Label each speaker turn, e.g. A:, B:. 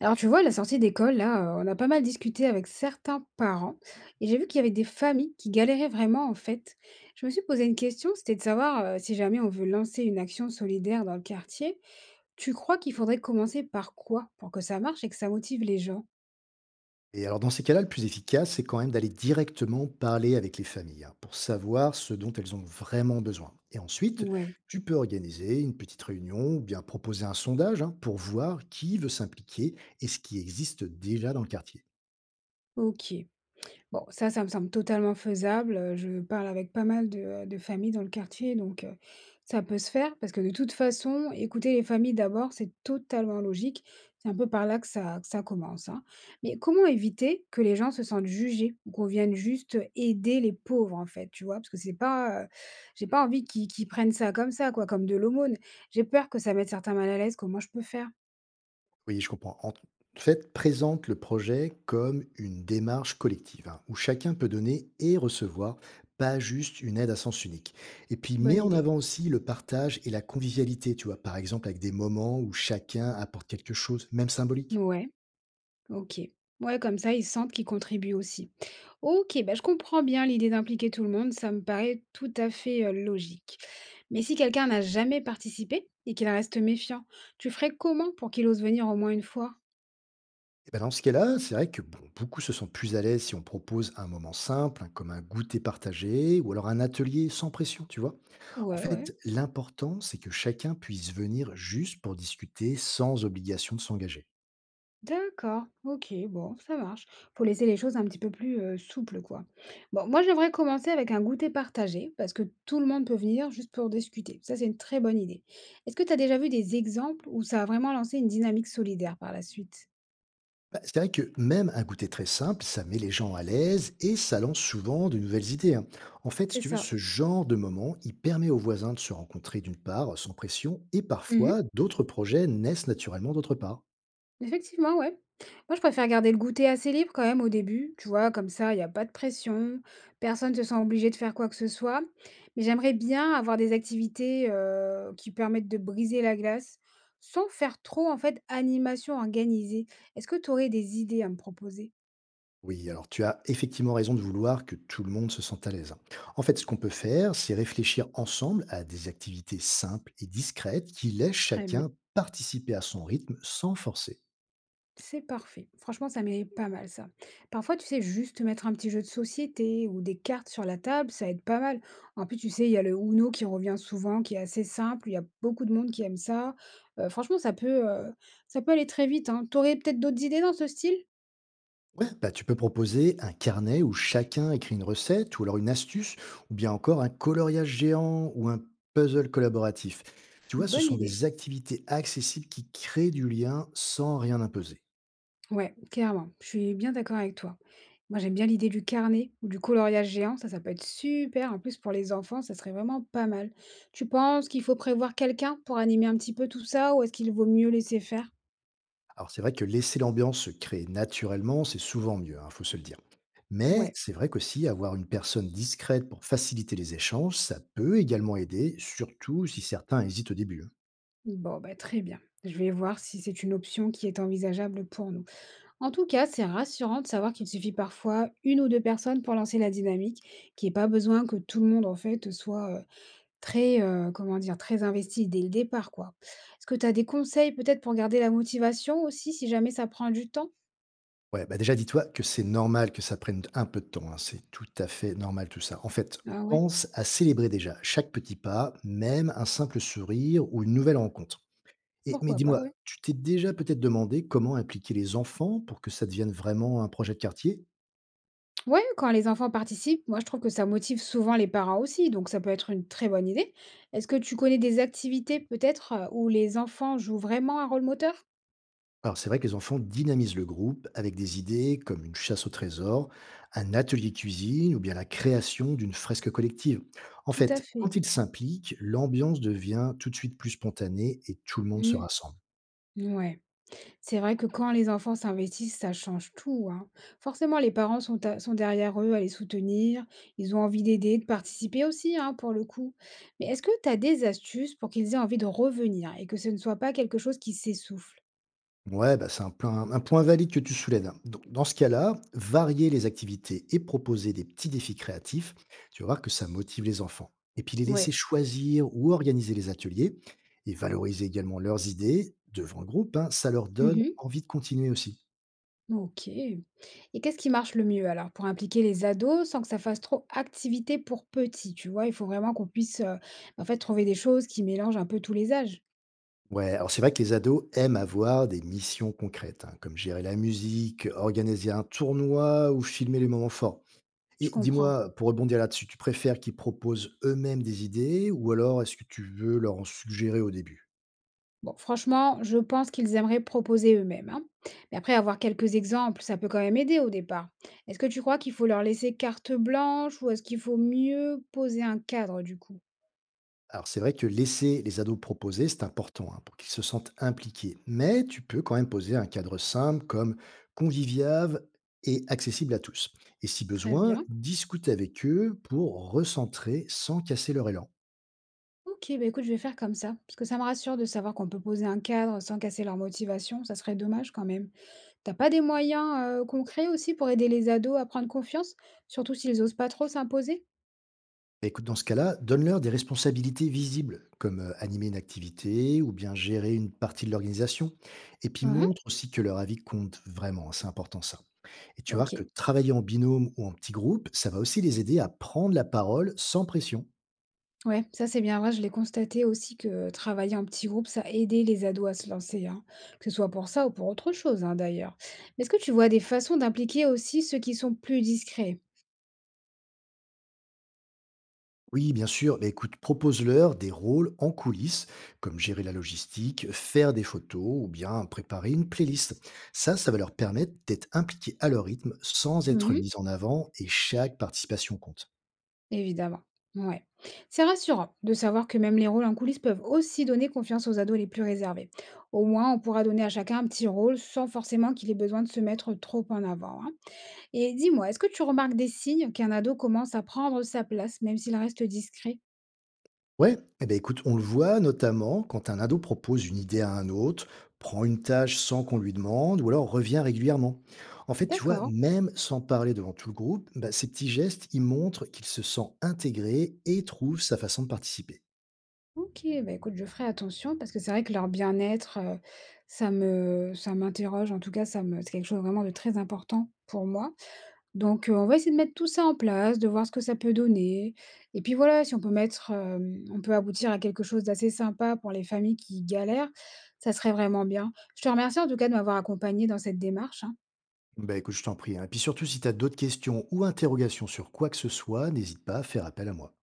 A: Alors tu vois, à la sortie d'école, là, on a pas mal discuté avec certains parents et j'ai vu qu'il y avait des familles qui galéraient vraiment en fait. Je me suis posé une question, c'était de savoir, si jamais on veut lancer une action solidaire dans le quartier, tu crois qu'il faudrait commencer par quoi pour que ça marche et que ça motive les gens?
B: Et alors dans ces cas-là, le plus efficace, c'est quand même d'aller directement parler avec les familles hein, pour savoir ce dont elles ont vraiment besoin. Et ensuite,
A: Ouais,
B: tu peux organiser une petite réunion ou bien proposer un sondage hein, pour voir qui veut s'impliquer et ce qui existe déjà dans le quartier.
A: OK. Bon, ça me semble totalement faisable, je parle avec pas mal de familles dans le quartier donc ça peut se faire parce que de toute façon, écouter les familles d'abord, c'est totalement logique. C'est un peu par là que ça commence, hein. Mais comment éviter que les gens se sentent jugés ou qu'on vienne juste aider les pauvres, en fait, tu vois? Parce que c'est pas, j'ai pas envie qu'ils prennent ça comme ça, quoi, comme de l'aumône. J'ai peur que ça mette certains mal à l'aise. Comment je peux faire?
B: Oui, je comprends. En fait, présente le projet comme une démarche collective, hein, où chacun peut donner et recevoir, pas juste une aide à sens unique. Et puis, mets
A: Bonne
B: en
A: idée.
B: avant aussi le partage et la convivialité, tu vois, par exemple avec des moments où chacun apporte quelque chose, même symbolique.
A: Ouais. OK. Ouais, comme ça, ils sentent qu'ils contribuent aussi. OK, bah, je comprends bien l'idée d'impliquer tout le monde, ça me paraît tout à fait logique. Mais si quelqu'un n'a jamais participé et qu'il reste méfiant, tu ferais comment pour qu'il ose venir au moins une fois?
B: Et ben dans ce cas-là, c'est vrai que bon, beaucoup se sentent plus à l'aise si on propose un moment simple, hein, comme un goûter partagé, ou alors un atelier sans pression, tu vois. En
A: Ouais, ouais.
B: fait, l'important, c'est que chacun puisse venir juste pour discuter sans obligation de s'engager.
A: D'accord, ok, bon, ça marche. Faut laisser les choses un petit peu plus souples, quoi. Bon, moi, j'aimerais commencer avec un goûter partagé, parce que tout le monde peut venir juste pour discuter. Ça, c'est une très bonne idée. Est-ce que tu as déjà vu des exemples où ça a vraiment lancé une dynamique solidaire par la suite?
B: Bah, c'est vrai que même un goûter très simple, ça met les gens à l'aise et ça lance souvent de nouvelles idées, hein. En fait, si
A: C'est
B: tu veux,
A: ça.
B: ce genre de moment, il permet aux voisins de se rencontrer d'une part, sans pression, et
A: Mmh.
B: parfois d'autres projets naissent naturellement d'autre part.
A: Effectivement, ouais. Moi, je préfère garder le goûter assez libre quand même au début, tu vois? Comme ça, il y a pas de pression, personne ne se sent obligé de faire quoi que ce soit. Mais j'aimerais bien avoir des activités, qui permettent de briser la glace, sans faire trop, en fait, animation organisée. Est-ce que tu aurais des idées à me proposer?
B: Oui, alors tu as effectivement raison de vouloir que tout le monde se sente à l'aise, hein. En fait, ce qu'on peut faire, c'est réfléchir ensemble à des activités simples et discrètes qui laissent
A: Très bien.
B: chacun participer à son rythme sans forcer.
A: C'est parfait. Franchement, ça m'est pas mal ça. Parfois, tu sais, juste mettre un petit jeu de société ou des cartes sur la table, ça aide pas mal. En plus, tu sais, il y a le Uno qui revient souvent, qui est assez simple. Il y a beaucoup de monde qui aime ça. Franchement, ça peut aller très vite, hein. T'aurais peut-être d'autres idées dans ce style?
B: Ouais, bah, tu peux proposer un carnet où chacun écrit une recette, ou alors une astuce, ou bien encore un coloriage géant ou un puzzle collaboratif. Tu vois, ce
A: Bonne
B: sont
A: idée.
B: des activités accessibles qui créent du lien sans rien imposer.
A: Ouais, clairement, je suis bien d'accord avec toi. Moi, j'aime bien l'idée du carnet ou du coloriage géant, ça peut être super. En plus, pour les enfants, ça serait vraiment pas mal. Tu penses qu'il faut prévoir quelqu'un pour animer un petit peu tout ça ou est-ce qu'il vaut mieux laisser faire?
B: Alors c'est vrai que laisser l'ambiance se créer naturellement, c'est souvent mieux, il faut se le dire. Mais
A: Ouais,
B: c'est vrai qu'aussi avoir une personne discrète pour faciliter les échanges, ça peut également aider, surtout si certains hésitent au début, hein.
A: bon, bah, très bien. Je vais voir si c'est une option qui est envisageable pour nous. En tout cas, c'est rassurant de savoir qu'il suffit parfois une ou deux personnes pour lancer la dynamique, qu'il n'y ait pas besoin que tout le monde, en fait, soit. Très, comment dire? Très investi dès le départ, quoi. Est-ce que tu as des conseils peut-être pour garder la motivation aussi, si jamais ça prend du temps?
B: Ouais, bah, déjà dis-toi que c'est normal que ça prenne un peu de temps, hein, c'est tout à fait normal tout ça. En fait,
A: Ah ouais,
B: pense à célébrer déjà chaque petit pas, même un simple sourire ou une nouvelle rencontre. Et, mais
A: pourquoi pas,
B: dis-moi,
A: ouais.
B: tu t'es déjà peut-être demandé comment impliquer les enfants pour que ça devienne vraiment un projet de quartier?
A: Ouais, quand les enfants participent, moi je trouve que ça motive souvent les parents aussi, donc ça peut être une très bonne idée. Est-ce que tu connais des activités peut-être, où les enfants jouent vraiment un rôle moteur?
B: Alors c'est vrai que les enfants dynamisent le groupe avec des idées comme une chasse au trésor, un atelier cuisine ou bien la création d'une fresque collective. En
A: Tout à
B: fait, quand
A: fait.
B: ils s'impliquent, l'ambiance devient tout de suite plus spontanée et tout le monde se
A: Mmh,
B: rassemble.
A: ouais. C'est vrai que quand les enfants s'investissent, ça change tout, hein. Forcément, les parents sont, sont derrière eux à les soutenir, ils ont envie d'aider, de participer aussi, hein, pour le coup. Mais est-ce que tu as des astuces pour qu'ils aient envie de revenir et que ce ne soit pas quelque chose qui s'essouffle?
B: Ouais, bah, c'est un point valide que tu soulèves, hein. Donc, dans ce cas-là, varier les activités et proposer des petits défis créatifs, tu vas voir que ça motive les enfants. Et puis les laisser
A: Ouais.
B: choisir ou organiser les ateliers et valoriser également leurs idées devant le groupe, hein, ça leur donne
A: Mhm.
B: envie de continuer aussi.
A: Ok. Et qu'est-ce qui marche le mieux alors pour impliquer les ados sans que ça fasse trop activité pour petits, tu vois? Il faut vraiment qu'on puisse en fait trouver des choses qui mélangent un peu tous les âges.
B: Ouais, alors c'est vrai que les ados aiment avoir des missions concrètes, hein, comme gérer la musique, organiser un tournoi ou filmer les moments forts.
A: Je
B: Et
A: comprends.
B: dis-moi, pour rebondir là-dessus, tu préfères qu'ils proposent eux-mêmes des idées ou alors est-ce que tu veux leur en suggérer au début?
A: Bon, franchement, je pense qu'ils aimeraient proposer eux-mêmes, hein. Mais après, avoir quelques exemples, ça peut quand même aider au départ. Est-ce que tu crois qu'il faut leur laisser carte blanche ou est-ce qu'il faut mieux poser un cadre du coup?
B: Alors c'est vrai que laisser les ados proposer, c'est important hein, pour qu'ils se sentent impliqués, mais tu peux quand même poser un cadre simple comme convivial et accessible à tous. Et si
A: Très
B: besoin,
A: bien.
B: discute avec eux pour recentrer sans casser leur élan.
A: Ok, bah écoute, je vais faire comme ça, parce que ça me rassure de savoir qu'on peut poser un cadre sans casser leur motivation, ça serait dommage quand même. T'as pas des moyens concrets aussi pour aider les ados à prendre confiance, surtout s'ils osent pas trop s'imposer?
B: Bah, écoute, dans ce cas-là, donne-leur des responsabilités visibles, comme animer une activité ou bien gérer une partie de l'organisation. Et puis
A: Uhum,
B: montre aussi que leur avis compte vraiment, hein, c'est important ça. Et tu vas
A: ok.
B: voir que travailler en binôme ou en petit groupe, ça va aussi les aider à prendre la parole sans pression.
A: Ouais, ça c'est bien vrai. Je l'ai constaté aussi que travailler en petit groupe, ça aidait les ados à se lancer, hein. Que ce soit pour ça ou pour autre chose, hein, d'ailleurs. Mais est-ce que tu vois des façons d'impliquer aussi ceux qui sont plus discrets?
B: Oui, bien sûr, mais écoute, propose-leur des rôles en coulisses, comme gérer la logistique, faire des photos ou bien préparer une playlist. Ça va leur permettre d'être impliqués à leur rythme sans être
A: Mhm,
B: mis en avant et chaque participation compte.
A: évidemment. Ouais. C'est rassurant de savoir que même les rôles en coulisses peuvent aussi donner confiance aux ados les plus réservés. Au moins, on pourra donner à chacun un petit rôle sans forcément qu'il ait besoin de se mettre trop en avant, hein. Et dis-moi, est-ce que tu remarques des signes qu'un ado commence à prendre sa place, même s'il reste discret?
B: Ouais, eh ben écoute, on le voit notamment quand un ado propose une idée à un autre, prend une tâche sans qu'on lui demande, ou alors revient régulièrement. En fait, tu vois,
A: D'accord.
B: même sans parler devant tout le groupe, bah, ces petits gestes, ils montrent qu'il se sent intégré et trouve sa façon de participer.
A: OK, bah, écoute, je ferai attention parce que c'est vrai que leur bien-être, ça m'interroge, en tout cas, ça me c'est quelque chose vraiment de très important pour moi. Donc, on va essayer de mettre tout ça en place, de voir ce que ça peut donner et puis voilà, si on peut on peut aboutir à quelque chose d'assez sympa pour les familles qui galèrent, ça serait vraiment bien. Je te remercie en tout cas de m'avoir accompagnée dans cette démarche, hein.
B: Bah écoute, je t'en prie, hein. Et puis surtout, si tu as d'autres questions ou interrogations sur quoi que ce soit, n'hésite pas à faire appel à moi.